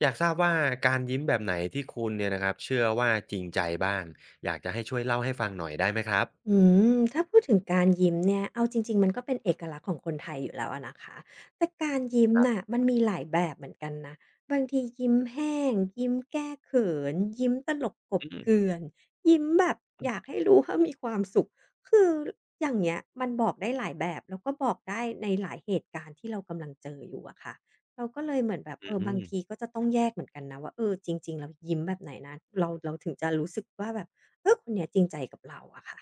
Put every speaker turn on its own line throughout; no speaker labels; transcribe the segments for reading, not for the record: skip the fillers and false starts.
อยากทราบว่าการยิ้มแบบไหนที่คุณเนี่ยนะครับเชื่อว่าจริงใจบ้างอยากจะให้ช่วยเล่าให้ฟังหน่อยได้ไหมครับ
อืถ้าพูดถึงการยิ้มเนี่ยเอาจริงๆมันก็เป็นเอกลักษณ์ของคนไทยอยู่แล้วอะนะคะแต่การยิ้ม
ครั
น่ะ
บ
มันมีหลายแบบเหมือนกันนะบางทียิ้มแห้งยิ้มแก้เขินยิ้มตลกกลบ
อืม
เกลื่อนยิ้มแบบ
อื
อ
ม
ยากให้รู้ว่ามีความสุขคืออย่างเงี้ยมันบอกได้หลายแบบแล้วก็บอกได้ในหลายเหตุการณ์ที่เรากำลังเจออยู่อะค่ะเราก็เลยเหมือนแบบ
อ
เออ
ื
บาง
ม
ทีก็จะต้องแยกเหมือนกันนะว่าเออจริงๆแล้วยิ้มแบบไหนนะเราถึงจะรู้สึกว่าแบบเออคนเนี้ยจริงใจกับเราอะค่ะ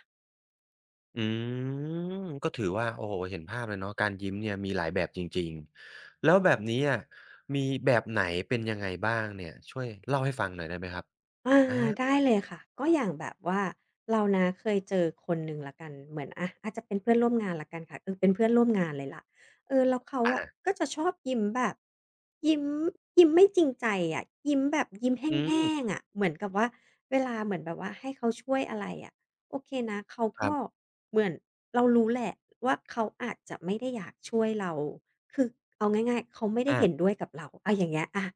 ก็ถือว่าโอ้โฮเห็นภาพเลยเนาะการยิ้มเนี่ยมีหลายแบบจริงๆแล้วแบบนี้อะมีแบบไหนเป็นยังไงบ้างเนี่ยช่วยเล่าให้ฟังหน่อยได้ไหมครับ
อา
อา
ได้เลยค่ะก็อย่างแบบว่าเรานะเคยเจอคนหนึ่งแล้วกันเหมือนอะอาจจะเป็นเพื่อนร่วมงานแล้วกันค่ะเออเป็นเพื่อนร่วมงานเลยล่ะเออแล้วเขาอะ
อา
ก็จะชอบยิ้มแบบยิ้มยิ้มไม่จริงใจอะยิ้มแบบยิ้มแ
อื
ห้
ม
งๆอะเหมือนกับว่าเวลาเหมือนแบบว่าให้เขาช่วยอะไรอะโอเคนะเขา
ครั
ก็
บ
เหมือนเรารู้แหละว่าเขาอาจจะไม่ได้อยากช่วยเราคือเอาง่ายๆเขาไม่ได้เห็
อา
นด้วยกับเราอะอย่างเงี้ยอะ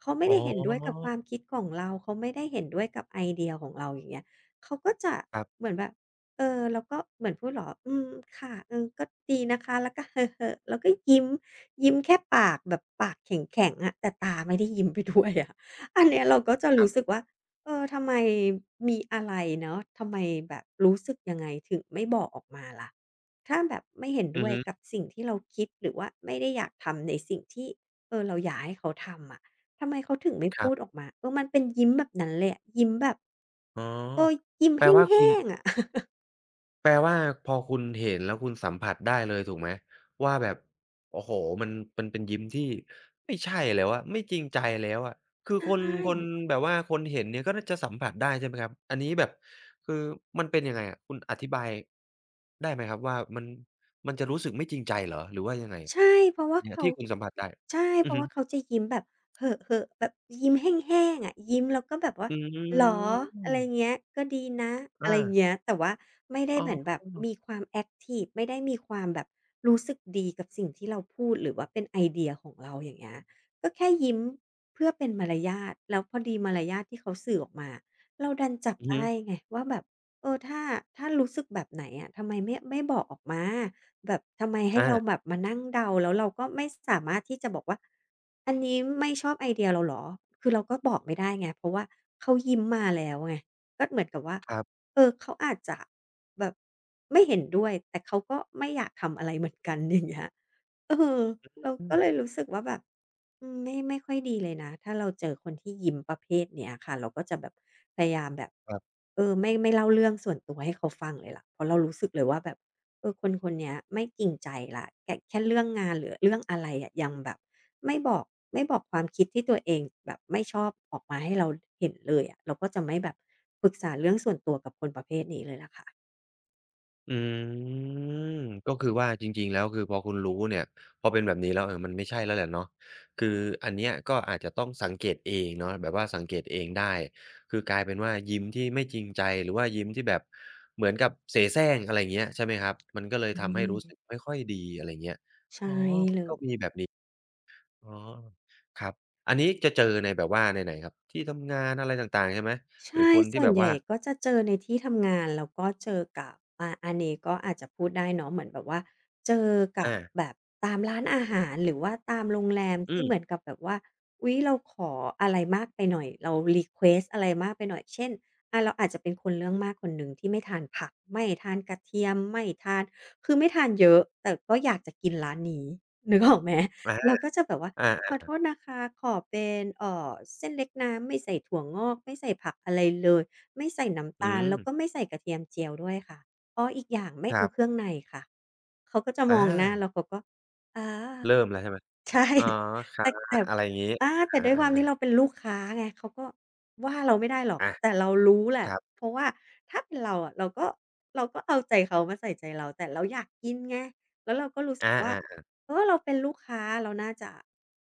เขาไม่
อ๋อ
ได้เห็นด้วยกับความคิดของเราเขาไม่ได้เห็นด้วยกับไอเดียของเราอย่างเงี้ยเขาก็จะ
ครั
เหมือนแบบเออเราก็เหมือนพูดเหรออืมค่ะเออก็ดีนะคะแล้วก็ เฮ่อๆแล้วก็ยิ้มยิ้มแค่ปากแบบปากแข็งๆอะแต่ตาไม่ได้ยิ้มไปด้วยอะอันเนี้ยเราก็จะรู้สึก
บ
ว่าเออทำไมมีอะไรเนาะทำไมแบบรู้สึกยังไงถึงไม่บอกออกมาล่ะถ้าแบบไม่เห็น
ๆอื
ด้
อ
วย
ฮึ
กับสิ่งที่เราคิดหรือว่าไม่ได้อยากทำในสิ่งที่เออเราอยากให้เขาทำอะ ทำไมเขาถึงไม่
ค
พู
รั
ดอ
บ
อกมาเออมันเป็นยิ้มแบบนั้นเลยอะยิ้มแบบ
อ๋อ
เออยิ้ม
แป
แ
ลว่าคุณ
ห้งๆอะ
แปลว่าพอคุณเห็นแล้วคุณสัมผัสได้เลยถูกไหมว่าแบบโอ้โฮมันมันเป็นยิ้มที่ไม่ใช่แล้วอะไม่จริงใจแล้วอะคือ
ใช่
คนคนแบบว่าคนเห็นเนี่ยก็น่าจะสัมผัสได้ใช่ไหมครับอันนี้แบบคือมันเป็นยังไงอะคุณอธิบายได้ไหมครับว่ามันมันจะรู้สึกไม่จริงใจเหรอหรือว่ายังไง
ใช่เพราะว่า
เนี่ย
เขา
ที่คุณสัมผัสได้
ใช่
อื
เพ
อ
ราะ
ฮึ
ว่าเขาจะยิ้มแบบเห่อะๆแบบยิ้มแห้งๆอะยิ้มแล้วก็แบบว่า
อื
เหรออะไรเงี้
ม
ยก็ดีนะอะไร
อา
เงี้ยแต่ว่าไม่ได้
อ๋
เหมือนแบ
อ
บมีความแอกทิฟไม่ได้มีความแบบรู้สึกดีกับสิ่งที่เราพูดหรือว่าเป็นไอเดียของเราอย่างเงี้ยก็แค่ยิ้มเพื่อเป็นมารยาทแล้วพอดีมารยาทที่เขาสื่อออกมาเราดันจับ
อือฮึ
ได้ไงว่าแบบเออถ้ารู้สึกแบบไหนอะทำไมไม่บอกออกมา แบบทำไมให้
อา
เราแบบมานั่งเดาแล้วเราก็ไม่สามารถที่จะบอกว่าอันนี้ไม่ชอบไอเดียเราเหรอคือเราก็บอกไม่ได้ไงเพราะว่าเขายิ้มมาแล้วไงก็เหมือนกับว่า
ครับ
เออเขาอาจจะแบบไม่เห็นด้วยแต่เขาก็ไม่อยากทำอะไรเหมือนกัน อย่างเงี้ย เออเรา
อืม
ก็เลยรู้สึกว่าแบบอืมไม่ค่อยดีเลยนะถ้าเราเจอคนที่ยิ้มประเภทเนี้ยค่ะเราก็จะแบบพยายามแบบ
ครับ
เออไม่เล่าเรื่องส่วนตัวให้เขาฟังเลยล่ะเพราะเรารู้สึกเลยว่าแบบเออคนคนเนี้ยไม่จริงใจแล้วแค่เรื่องงานหรือเรื่องอะไรอะยังแบบไม่บอกไม่บอกความคิดที่ตัวเองแบบไม่ชอบออกมาให้เราเห็นเลยอะเราก็จะไม่แบบปรึกษาเรื่องส่วนตัวกับคนประเภทนี้เลยล่ะค่ะ
อืมก็คือว่าจริงๆแล้วคือพอคุณรู้เนี่ยพอเป็นแบบนี้แล้วเออมันไม่ใช่แล้วแหละเนาะคืออันเนี้ยก็อาจจะต้องสังเกตเองเนาะแบบว่าสังเกตเองได้คือกลายเป็นว่ายิ้มที่ไม่จริงใจหรือว่ายิ้มที่แบบเหมือนกับเสแสร้งอะไรอย่างเงี้ยใช่ไหมครับมันก็เลย
อื
ทำให้รู้
ม
สึกไม่ค่อยดีอะไรอย่างเงี้ย
ใช่
อ๋อ
เล
ก็
ย
มีแบบนี้อ๋อครับอันนี้จะเจอในแบบว่าในไหนครับที่ทำงานอะไรต่างๆใช่ไหมหรือ
ใช่
คน
ส่
ที่
ว
แบ
น
บ
ใหญ่
ว่า
ก็จะเจอในที่ทำงานแล้วก็เจอกับอาอันนี้ก็อาจจะพูดได้เนาะเหมือนแบบว่าเจอกับ
อา
แบบตามร้านอาหารหรือว่าตามโรงแรม
อื
ที่เหมือน
ม
กับแบบว่าอุ๊ยเราขออะไรมากไปหน่อยเรารีเควสต์อะไรมากไปหน่อยเช่นอาเราอาจจะเป็นคนเรื่องมากคนหนึ่งที่ไม่ทานผักไม่ทานกระเทียมไม่ทานคือไม่ทานเยอะแต่ก็อยากจะกินร้านนี้นึกออกไหม
อะฮะ
เราก็จะแบบว่า ขอ
อา
โทษนะคะขอเป็นเส้นเล็กน้ำไม่ใส่ถั่วงอกไม่ใส่ผักอะไรเลยไม่ใส่
ๆ
น้ำ
อื
ตาล
ม
แล้วก็ไม่ใส่กระเทียมเจียวด้วยค่ะอ้ออีกอย่างไม่
ครั
เอาเค
บ
รื่องในค่ะเขาก็จะ
อ
มองหน้า
า
แล้วเขาก็อา
เริ่มแล้วใช่ไหม
ใช่
อ๋อ ค่ะ
แต่แต่
อะไรอย่างงี้
อา
อา
แต่ด้วยความที่
ๆ
เราเป็
ๆ
นลูกค้าไงเขาก็ว่าเราไม่ได้หรอก
อา
แต่เรารู้แหละ
ครับ
เพราะว่าถ้าเป็นเราอะเราก็เอาใจเขามาใส่ใจเราแต่เราอยากกินไงแล้วเราก็รู้สึกว่า
อาๆ
เออเราเป็นลูกค้าเราน่าจะ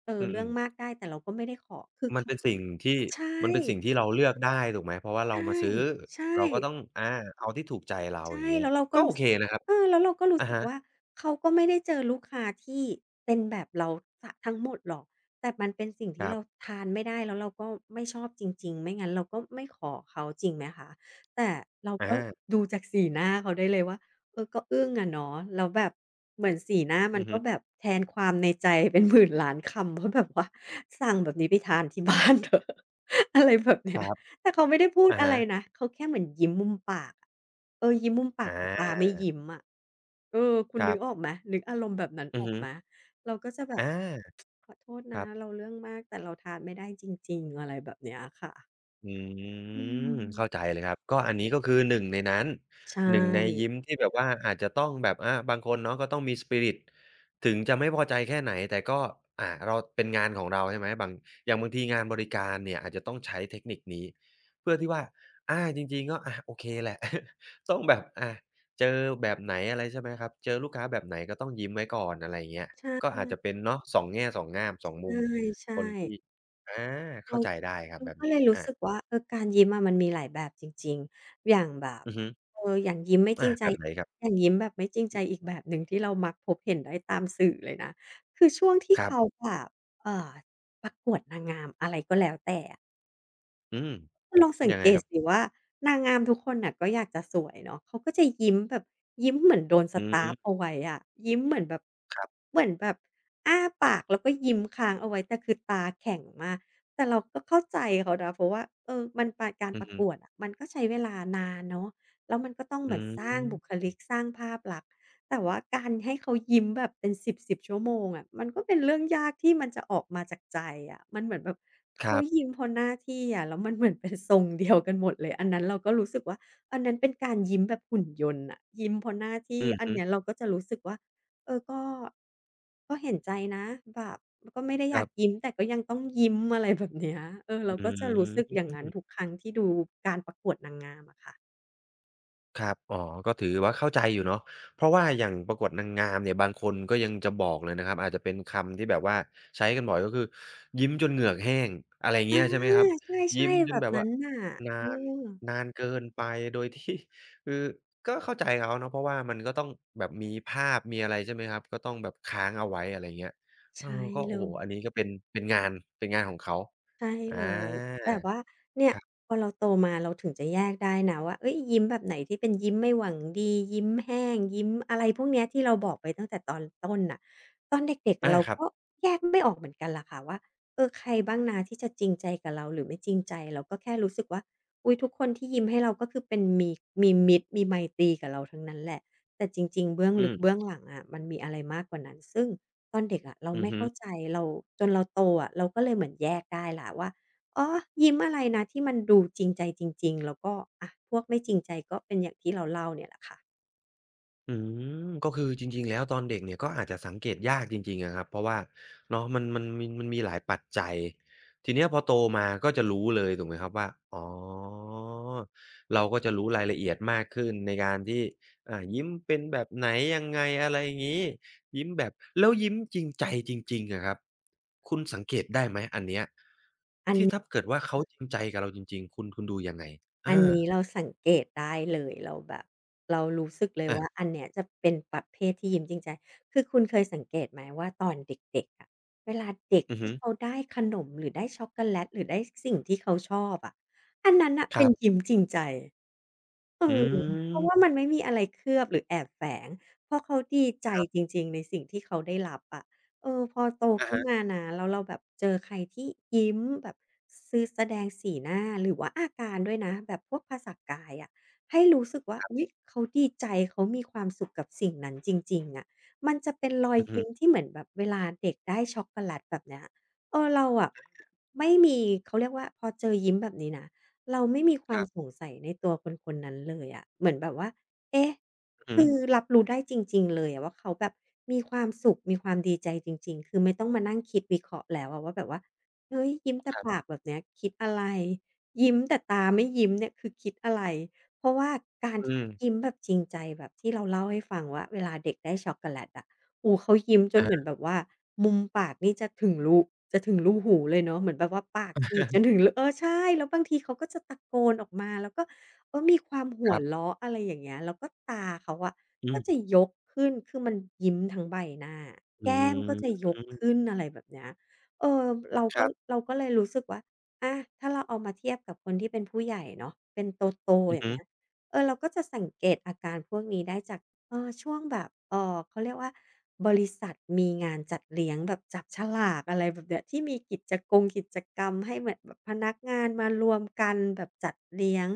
อื
เรื่องมา
ม
กได้แต่เราก็ไม่ได้ขอคือ
ๆมัน
เขา
เป็นสิ่งที่
ใช่
มันเป็นสิ่งที่เราเลือกได้ถูกไหม เพราะว่าเรา
ใช่
มาซื้อ
ใช่
เราก็ต้องอาเอาที่ถูกใจเรา
ใช่
อย่างเงี้ย
แล้วเราก็
ก็โอ
รู้
เค
สึก
นะครับ
เออแล้วเราก็รู้
อะ
สึก
ฮะ
ว่าเขาก็ไม่ได้เจอลูกค้าที่เป็นแบบเราเสียทั้งหมดหรอกแต่มันเป็นสิ่ง
ค
ที่
รั
เรา
บ
ทานไม่ได้แล้วเราก็ไม่ชอบจริงๆไม่งั้นเราก็ไม่ขอเขาจริงไหมคะแต่เราก็
อา
ดูจากสีหน้าเขาได้เลยว่าเออก็อึ้งอะเนาะแล้วแบบเหมือนสีหน้ามั
อื
น
อ
ก็
ฮึ
แบบแทนความในใจ เป็นหมื่นล้านคำว่าแบบว่าสั่งแบบนี้ไปทานที่บ้าน เถอะอะไรแบบ
ค
เนี้ย
รับ
แต่เขาไม่ได้พูด
อะ
อะไร
ฮะ
นะเขาแค่เหมือนยิ้มมุมปากอะเออยิ้มมุมปากแต่ตา
อา
ไม่ยิ้มอะเออคุณ
ค
นึ
รั
ก
บ
ออกไหมนึกอารมณ์แบบนั้น
อื
อ
อ
อก
ฮึ
ไหมเราก็จะแบ
อ
บ
า
ขอโทษ
ค
นะ
รับ
เราเรื่องมากแต่เราทานไม่ได้จริงๆอะไรแบบเนี้ยค่ะ
อื
อื
มเข้าใจ
ม
เลยครับก็อันนี้ก็คือหนึ่งในนั้น
ใช
หนึ่งใน
่
ยิ้มที่แบบว่าอาจจะต้องแบบอาบางคนเนาะก็ต้องมี Spirit ถึงจะไม่พอใจแค่ไหนแต่ก็อ่าเราเป็นงานของเราใช่ไหมบางอย่างบางทีงานบริการเนี่ยอาจจะต้องใช้เทคนิคนี้เพื่อที่ว่าอาจริงๆก็อาโอเคแหละ ต้องแบบอาเจอแบบไหนอะไรใช่ไหมครับเจอลูกค้าแบบไหนก็ต้องยิ้มไว้ก่อนอะไรอย่างเงี้ยก็
ใช่
อาจจะเป็นเนาะสองแง่สองง่ามสองมุม
ๆใช่
คนที่อา
เรา
เข้าใจได้ครับ
เรา
แบบ
ก็
นี้
เลยรู้
อา
สึกว่าเออการยิ้มอะมันมีหลายแบบจริงๆ อย่างแบบ
อือฮึ
เอออย่างยิ้มไม่จริ
อา
งใจ
แบบไหนครั
อ
บ
ย่างยิ้มแบบไม่จริงใจอีกแบบหนึ่งที่เรามักพบเห็นได้ตามสื่อเลยนะคือช่วงที่
ครั
เขา
บ
แบบเอ่อประกวดนางงามอะไรก็แล้วแต่อะ
อืม
คุณลองสัง
ยังไง
เก
ค
ต
รับ
สิว่านางงามทุกคนน่ะก็อยากจะสวยเนาะเขาก็จะยิ้มแบบยิ้มเหมือนโดนส
อื
ตาร์ฟ
ม
เอาไว้อะยิ้มเหมือนแบบ
ครับ
เหมือนแบบอ้าปากแล้วก็ยิ้มค้างเอาไว้แต่คือตาแข็งมากแต่เราก็เข้าใจเขานะเพราะว่าเออมันปาการ
อื
ป
อ
ระ
ฮึ
กวดอะมันก็ใช้เวลานานเนาะแล้วมันก็ต้องเห
อื
มือนสร้างบุค
ม
ลิกสร้างภาพลักษณ์ แต่ว่าการให้เขายิ้มแบบเป็นสิบสิบชั่วโมงอะมันก็เป็นเรื่องยากที่มันจะออกมาจากใจอะมันเหมือนแบบ
ค
เขา
รับ
ยิ้มเพราะหน้าที่อะแล้วมันเหมือนเป็นทรงเดียวกันหมดเลยอันนั้นเราก็รู้สึกว่าอันนั้นเป็นการยิ้มแบบหุ่นยนต์น่ะยิ้มเพราะหน้าที่
อือ
อัน
ฮึ
เนี้ยเราก็จะรู้สึกว่าเออก็ก็เห็นใจนะแบบก็ไม่ได้
ค
อยา
รั
ก
บ
ยิ้มแต่ก็ยังต้องยิ้มอะไรแบบเนี้ยเออ
อื
เราก็จะรู้สึกอย่างนั้น
ม
ทุกครั้งที่ดูการประกวดนางงามอะค่ะ
ครับอ๋อก็ถือว่าเข้าใจอยู่เนาะเพราะว่าอย่างประกวดนางงามเนี่ยบางคนก็ยังจะบอกเลยนะครับอาจจะเป็นคำที่แบบว่าใช้กันบ่อยก็คือยิ้มจนเหงือกแห้งอะไร
อา
เงี้ยใช่ไหมครับยิ้
ใช่
ม
ๆ
จ
แบ
น
บ
แบบ
นั้
ว่า
นน่ะ
นา
เออ
นนานเกินไปโดยที่ คือก็เข้าใจเขาเนาะเพราะว่ามันก็ต้องแบบมีภาพมีอะไรใช่ไหมครับก็ต้องแบบค้างเอาไว้อะไรเงี้ยเออ
ใช่
ก็
เล
โอ้โฮ
ย
อันนี้ก็เป็นเป็นงานเป็นงานของเขา
ใช่
อา
เลยแต่ว่าเนี่
ค
ย
รับ
พอเราโตมาเราถึงจะแยกได้นะว่าเอ้ยยิ้มแบบไหนที่เป็นยิ้มไม่หวังดียิ้มแห้งยิ้มอะไรพวกเนี้ยที่เราบอกไปตั้งแต่ตอนต้นน่ะตอนเด็กๆ
อา
เรา
ครับ
ก็แยกไม่ออกเหมือนกันล่ะค่ะว่าเออใครบ้างนะที่จะจริงใจกับเราหรือไม่จริงใจเราก็แค่รู้สึกว่าอุ๊ยทุกคนที่ยิ้มให้เราก็คือเป็นมีมิตรมีไมตรีกับเราทั้งนั้นแหละแต่จริงๆเบื้อง
อื
ลึกเบื้อ
ม
งหลังอะมันมีอะไรมากกว่านั้นซึ่ง ตอนเด็กอะเรา
อือ
ไม่
ฮึ
เข้าใจเราจนเราโตอะเราก็เลยเหมือนแยกได้แหละวว่าอ๋อยิ้มอะไรนะที่มันดูจริงใจจริงๆแล้วก็อะพวกไม่จริงใจก็เป็นอย่างที่เราเล่าเนี่ยแหละค่ะ
อืมก็คือจริงๆแล้วตอนเด็กเนี่ยก็อาจจะสังเกตยากจริงๆอะครับเพราะว่าเนาะมันมีมันมีหลายปัจจัยทีเนี้ยพอโตมาก็จะรู้เลยถูกไหมครับว่าอ๋อเราก็จะรู้รายละเอียดมากขึ้นในการที่อ่ายิ้มเป็นแบบไหนยังไงอะไรอย่างงี้ยิ้มแบบแล้วยิ้มจริงใจจริงๆอะครับคุณสังเกตได้ไหมอันเนี้ยที่ถ้าเกิดว่าเขาจริงใจกับเราจริงๆคุณดูยังไง
อัน
อา
นี้เราสังเกตได้เลยเราแบบเรารู้สึกเลย
อะ
ว่าอันเนี้ยจะเป็นประเภทที่ยิ้มจริงใจคือคุณเคยสังเกตไหมว่าตอนเด็กๆอะเวลาเด็ก
อือ
ที่
ฮึ
เขาได้ขนมหรือได้ช็อกโกแลตหรือได้สิ่งที่เขาชอบอะอันนั้นน่ะ
ค
เป็
รั
นยิ้ม
บ
จริงใจ เอ
อื
อเพ
ม
ราะว่ามันไม่มีอะไรเคลือบหรือแอบแฝงเพราะเขาดีใจ
ครั
จ
บ
ริงๆ ในสิ่งที่เขาได้รับอะเออพอโต
อะ
ขึ้น
ฮะ
มานะแล้วเราแบบเจอใครที่ยิ้มแบบคือแสดงสีหน้าหรือว่าอาการด้วยนะแบบพวกภาษากายอะให้รู้สึกว่าอุ๊ยเขาดีใจเขามีความสุขกับสิ่งนั้นจริงๆอะมันจะเป็นรอย
อือฮึ
ยิ้มที่เหมือนแบบเวลาเด็กได้ช็อกโกแลตแบบเนี้ยเออเราอะไม่มีเขาเรียกว่าพอเจอยิ้มแบบนี้นะ เราไม่มีค
ค
วาม
รับ
สงสัยในตัวคนๆนนั้นเลยอะเหมือนแบบว่าเอ๊ะ
อือ
คื
ฮึ
อรับรู้ได้จริงๆเลยอะว่าเขาแบบมีความสุขมีความดีใจจริงๆคือไม่ต้องมานั่งคิดวิเคราะห์แล้วอะว่าแบบว่าเฮ้ยยิ้มแต่
ครั
ปา
บ
กแบบเนี้ยคิดอะไรยิ้มแต่ตาไม่ยิ้มเนี่ยคือคิดอะไรเพราะว่าการ
อื
ที่ยิ้ม
ม
แบบจริงใจแบบที่เราเล่าให้ฟังว่าเวลาเด็กได้ช็อกโกแลตอะ โอ้เขายิ้มจน
อะ
เหมือน
ฮะ
แบบว่ามุมปากนี่จะถึงรูจะถึงรูหูเลยเนาะเหมือนแบบว่าปากฉีกจนถึงรูใช่แล้วบางทีเขาก็จะตะโกนออกมาแล้วก็มีความหั
ค
ว
รับ
เราะอะไรอย่างเงี้ยแล้วก็ตาเขาอะ
อื
ก็
ม
จะยกขึ้นคือมันยิ้มทั้งใบหน้า
อื
แก้มก็จะยกขึ้น
ม
อะไรแบบเนี้ยเออเรา
ค
ก็
รับ
เราก็เลยรู้สึกว่าอาถ้าเราเอามาเทียบกับคนที่เป็นผู้ใหญ่เนาะเป็นโตๆ
อื
อ
อ
ย่าง
ฮึ
เงี้ยเราก็จะสังเกตอาการพวกนี้ได้จาก ช่วงแบบเขาเรียกว่าบริษัทมีงานจัดเลี้ยงแบบจับฉลากอะไรแบบเนี้ยที่มีกิจกงกิจกรรมให้เหมือนแบบพนักงานมารวมกันแบบจัดเลี้ยง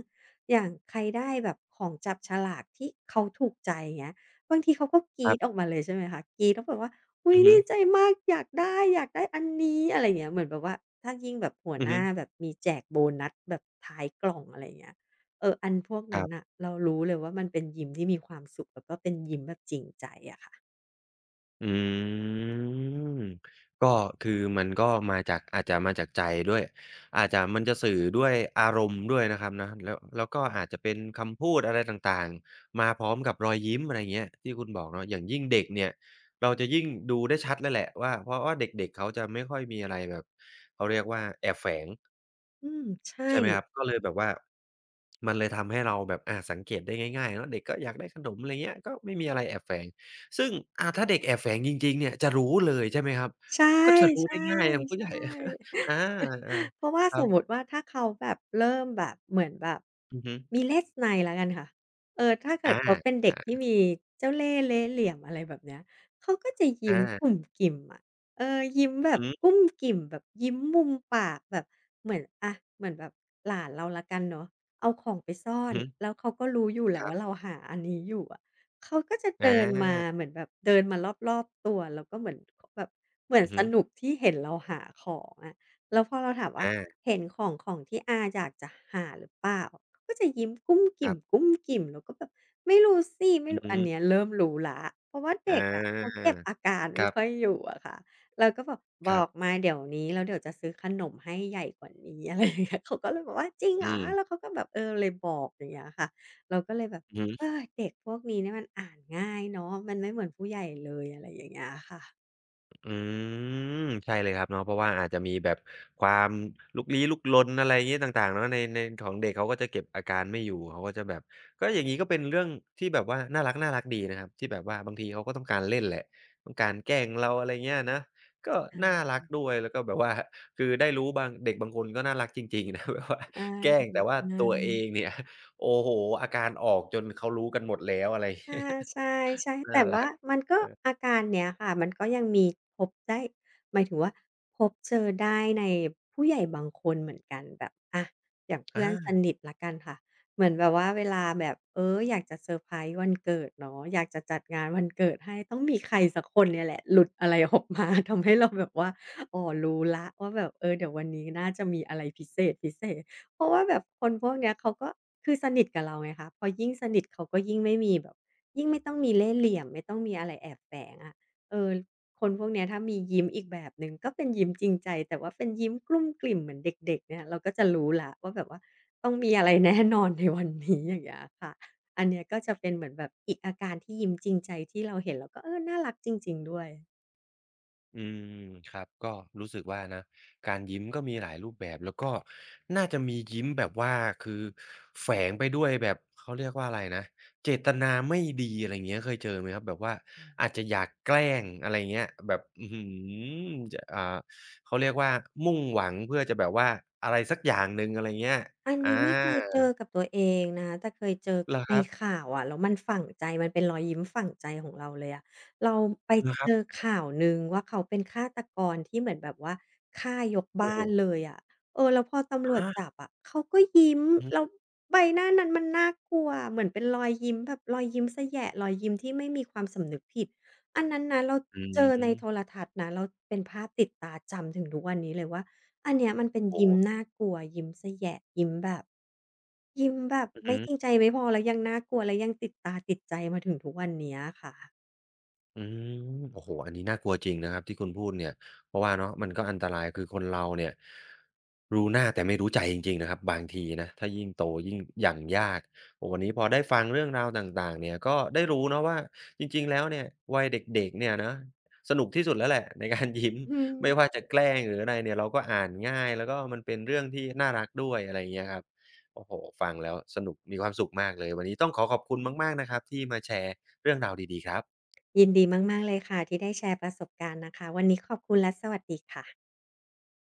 อย่างใครได้แบบของจับฉลากที่เขาถูกใจงเงี้ยบางทีเขาก็ก
ค
รี๊
รั
ดออ
บ
กมาเลยใช่ไหมคะกรี๊ดแล้วแบบว่าอุ้ย
อือฮึ
ดีใจมากอยากได้อยากได้อันนี้อะไรเงี้ยเหมือนแบบว่าถ้ายิ่งแบบหัว
อื
ห
อฮึ
น้าแบบมีแจกโบนัสแบบท้ายกล่องอะไรเงี้ย อันพวก
ค
นั้
รั
น
บ
น่ะเรารู้เลยว่ามันเป็นยิ้มที่มีความสุขแล้วก็เป็นยิ้มแบบจริงใจอะค่ะ
อืมก็คือมันก็มาจากอาจจะมาจากใจด้วยอาจจะมันจะสื่อด้วยอารมณ์ด้วยนะครับนะแล้วแล้วก็อาจจะเป็นคำพูดอะไรต่างๆมาพร้อมกับรอยยิ้มอะไรเงี้ยที่คุณบอกเนาะอย่างยิ่งเด็กเนี่ยเราจะยิ่งดูได้ชัดเลยแหละว่าเพราะว่าเด็กๆเขาจะไม่ค่อยมีอะไรแบบเขาเรียกว่าแอบแฝง
อืมใช่
ใช่ไหมครับก็เลยแบบว่ามันเลยทำให้เราแบบอาสังเกตได้ง่ายๆเนาะเด็กก็อยากได้ขนมอะไรเงี้ยก็ไม่มีอะไรแอบแฝงซึ่งอาถ้าเด็กแอบแฝงจริงๆเนี่ยจะรู้เลยใช่ไหมครับ
ใช
ก็จะรู้
่
ได้ง่ายอย่างผู้ใหญ่
ๆๆ
อา
เพราะว่า
ๆค
ส
รั
มมุติ
บ
ว่าถ้าเขาแบบเริ่มแบบเหมือนแบบ
อือฮึ
มีเลสไนแล้วกันค่ะถ้าเกิด
อา
เขาเป็นเด็กที่
อา
มีเจ้าเล่ห์เล่ห์เหลี่ยมอะไรแบบเนี้ยเขาก็จะยิ้มกุ่
อา
มกิ่มอะยิ้ม
อื
แบ
อ
บ
ฮึ
กุ้มกิ่มแบบยิ้มมุมปากแบบเหมือนอะเหมือนแบบหลานเราแล้วกันเนาะเอาของไปซ่อ
อือ
น
ฮึ
แล้วเขาก็รู้อยู่แห
ค
ละ
รั
ว่าเรา
บ
หาอันนี้อยู่อะเขาก็จะ
อ
เดินมา
า
เหมือนแบบเดินมารอบๆตัวแล้วก็เหมือนแบบเหมือน
อือ
ส
ฮึ
นุกที่เห็นเราหาของอะ แล้วพอเราถามว่า
อา
เห็นของของที่อาอยากจะหาหรือเปล่าก็จะยิ้มกุ้ม
ค
กิ่
รั
ม
บ
กุ้มกิ่มแล้วก็แบบไม่รู้สิไม่
อือ
รู้
ฮึ
อันเนี้ยเริ่มรู้แล้วเพราะว่า
อ
เด็กอะเขา
า
เก็บอาการ
ค
ไม่
รั
ค่อย
บ
อยู่อะค่ะเราก็บอกบ
ครั
อ
บ
กมาเดี๋ยวนี้แล้วเดี๋ยวจะซื้อขนมให้ใหญ่กว่านี้ อะไรอย่างเงี้ยเขาก็เลยบอกว่าจริงเหร
อื
อ
ม
แล้วเขาก็แบบเลยบอกอย่างเงี้ยค่ะเราก็เลยแบบ
อือ
เอ
ฮึ
อเด็กพวกนี้เนี่ยมันอ่านง่ายเนาะมันไม่เหมือนผู้ใหญ่เลยอะไรอย่างเงี้ยค่ะ
อืมใช่เลยครับเนาะเพราะว่าอาจจะมีแบบความลุกลี้ลุกลนอะไรอย่างงี้ต่างๆเนาะในของเด็กเขาก็จะเก็บอาการไม่อยู่เขาก็จะแบบก็อย่างงี้ก็เป็นเรื่องที่แบบว่าน่ารักๆดีนะครับที่แบบว่าบางทีเขาก็ต้องการเล่นแหละต้องการแกล้งเราอะไรเงี้ยนะก็น่า
อา
รักด้วยแล้วก็แบบว่าคือได้รู้บางเด็กบางคนก็น่ารักจริงๆนะ แบบว่า
อา
แกล้งแต่
ใช
ว่าตัวเอ
่
งเนี่ยโอ้โฮอาการออกจนเขารู้กันหมดแล้วอะไร
อาใช่ใช่
น่า
แต่ว่า
รัก
มันก็
เออ
อาการเนี้ยค่ะมันก็ยังมีพบได้หมายถึงว่าพบเจอได้ในผู้ใหญ่บางคนเหมือนกันแบบอะอย่างเพื่อนส
อา
นิทแล้วกันค่ะเหมือนแบบว่าเวลาแบบอยากจะเซอร์ไพรส์วันเกิดเนาะอยากจะจัดงานวันเกิดให้ต้องมีใครสักคนเนี่ยแหละหลุดอะไรออกมาทำให้เราแบบว่าอ๋อรู้แล้วว่าแบบเดี๋ยววันนี้น่าจะมีอะไรพิเศษพิเศษเพราะว่าแบบคนพวกเนี้ยเขาก็คือสนิทกับเราไงคะพอยิ่งสนิทเขาก็ยิ่งไม่มีแบบ ยิ่งไม่ต้องมีเล่ห์เหลี่ยมไม่ต้องมีอะไรแอบแฝงอะเออคนพวกเนี้ยถ้ามียิ้มอีกแบบหนึ่งก็เป็นยิ้มจริงใจแต่ว่าเป็นยิ้มกลุ้มกลิ่มเหมือนเด็กๆเนี่ยเราก็จะรู้แล้วว่าแบบว่าต้องมีอะไรแน่นอนในวันนี้อย่างเงี้ยค่ะอันเนี้ยก็จะเป็นเหมือนแบบอีกอาการที่ยิ้มจริงใจที่เราเห็นแล้วก็น่ารักจริงๆด้วย
อืมครับก็รู้สึกว่านะการยิ้มก็มีหลายรูปแบบแล้วก็น่าจะมียิ้มแบบว่าคือแฝงไปด้วยแบบเขาเรียกว่าอะไรนะเจตนาไม่ดีอะไรอย่างเงี้ยเคยเจอไหมครับแบบว่าอาจจะอยากแกล้งอะไร่งเงี้ยแบบอื้อฮือจะเขาเรียกว่ามุ่งหวังเพื่อจะแบบว่าอะไรสักอย่างหนึ่งอะไรเงี้ย
อัน
อา
นี้ไม่เคยเจอกับตัวเองนะคะแต่เคยเจอ
เหรอค
ใน
รับ
ข่าวอะแล้วมันฝังใจ มันเป็นรอยยิ้มฝังใจของเราเลยอะเราไป
เหรอครั
เจอ
บ
ข่าวหนึ่งว่าเขาเป็นฆาตกรที่เหมือนแบบว่าฆ่ายก
โอ้
บ้า
โฮ
นเลยอะแล้วพอตำรวจจับ
อา
อะเขาก็ยิ้ม
อือ
แล้
ฮึ
วใบหน้านั้นมันน่ากลัวเหมือนเป็นรอยยิ้มแบบรอยยิ้มแสะแหยะรอยยิ้มที่ไม่มีความสำนึกผิดอันนั้นนะเรา
อื
เจอในโทร
ม
ทัศน์นะแล้วเป็นภาพติดตาจำถึงทุกวันนี้เลยว่า อันเนี้ยมันเป็น
โอ้
ยิ้ม
โฮ
น่ากลัวยิ้มเสแยะยิ้มแบบยิ้มแบบ
อือ
ไม่
ฮึ
จริงใจไม่พอแล้วยังน่ากลัวและยังติดตาติดใจมาถึงทุกวันเนี้ยค่ะ
อืมโอ้โฮอันนี้น่ากลัวจริงนะครับที่คุณพูดเนี่ยเพราะว่าเนาะมันก็อันตรายคือคนเราเนี่ยรู้หน้าแต่ไม่รู้ใจจริงๆนะครับบางทีนะถ้ายิ่งโตยิ่งอย่างยากโอ้โฮวันนี้พอได้ฟังเรื่องราวต่างๆเนี่ยก็ได้รู้เนาะว่าจริงๆแล้วเนี่ยวัยเด็กๆเนี่ยนะสนุกที่สุดแล้วแหละในการยิ้ม
อืม
ไม่ว่าจะแกล้งหรืออะไรเนี่ยเราก็อ่านง่ายแล้วก็มันเป็นเรื่องที่น่ารักด้วยอะไรอย่างเงี้ยครับโอ้โฮฟังแล้วสนุกมีความสุขมากเลยวันนี้ต้องขอขอบคุณมากๆนะครับที่มาแชร์เรื่องราวดีๆครับ
ยินดีมากๆเลยค่ะที่ได้แชร์ประสบการณ์นะคะวันนี้ขอบคุณและสวัสดีค่ะ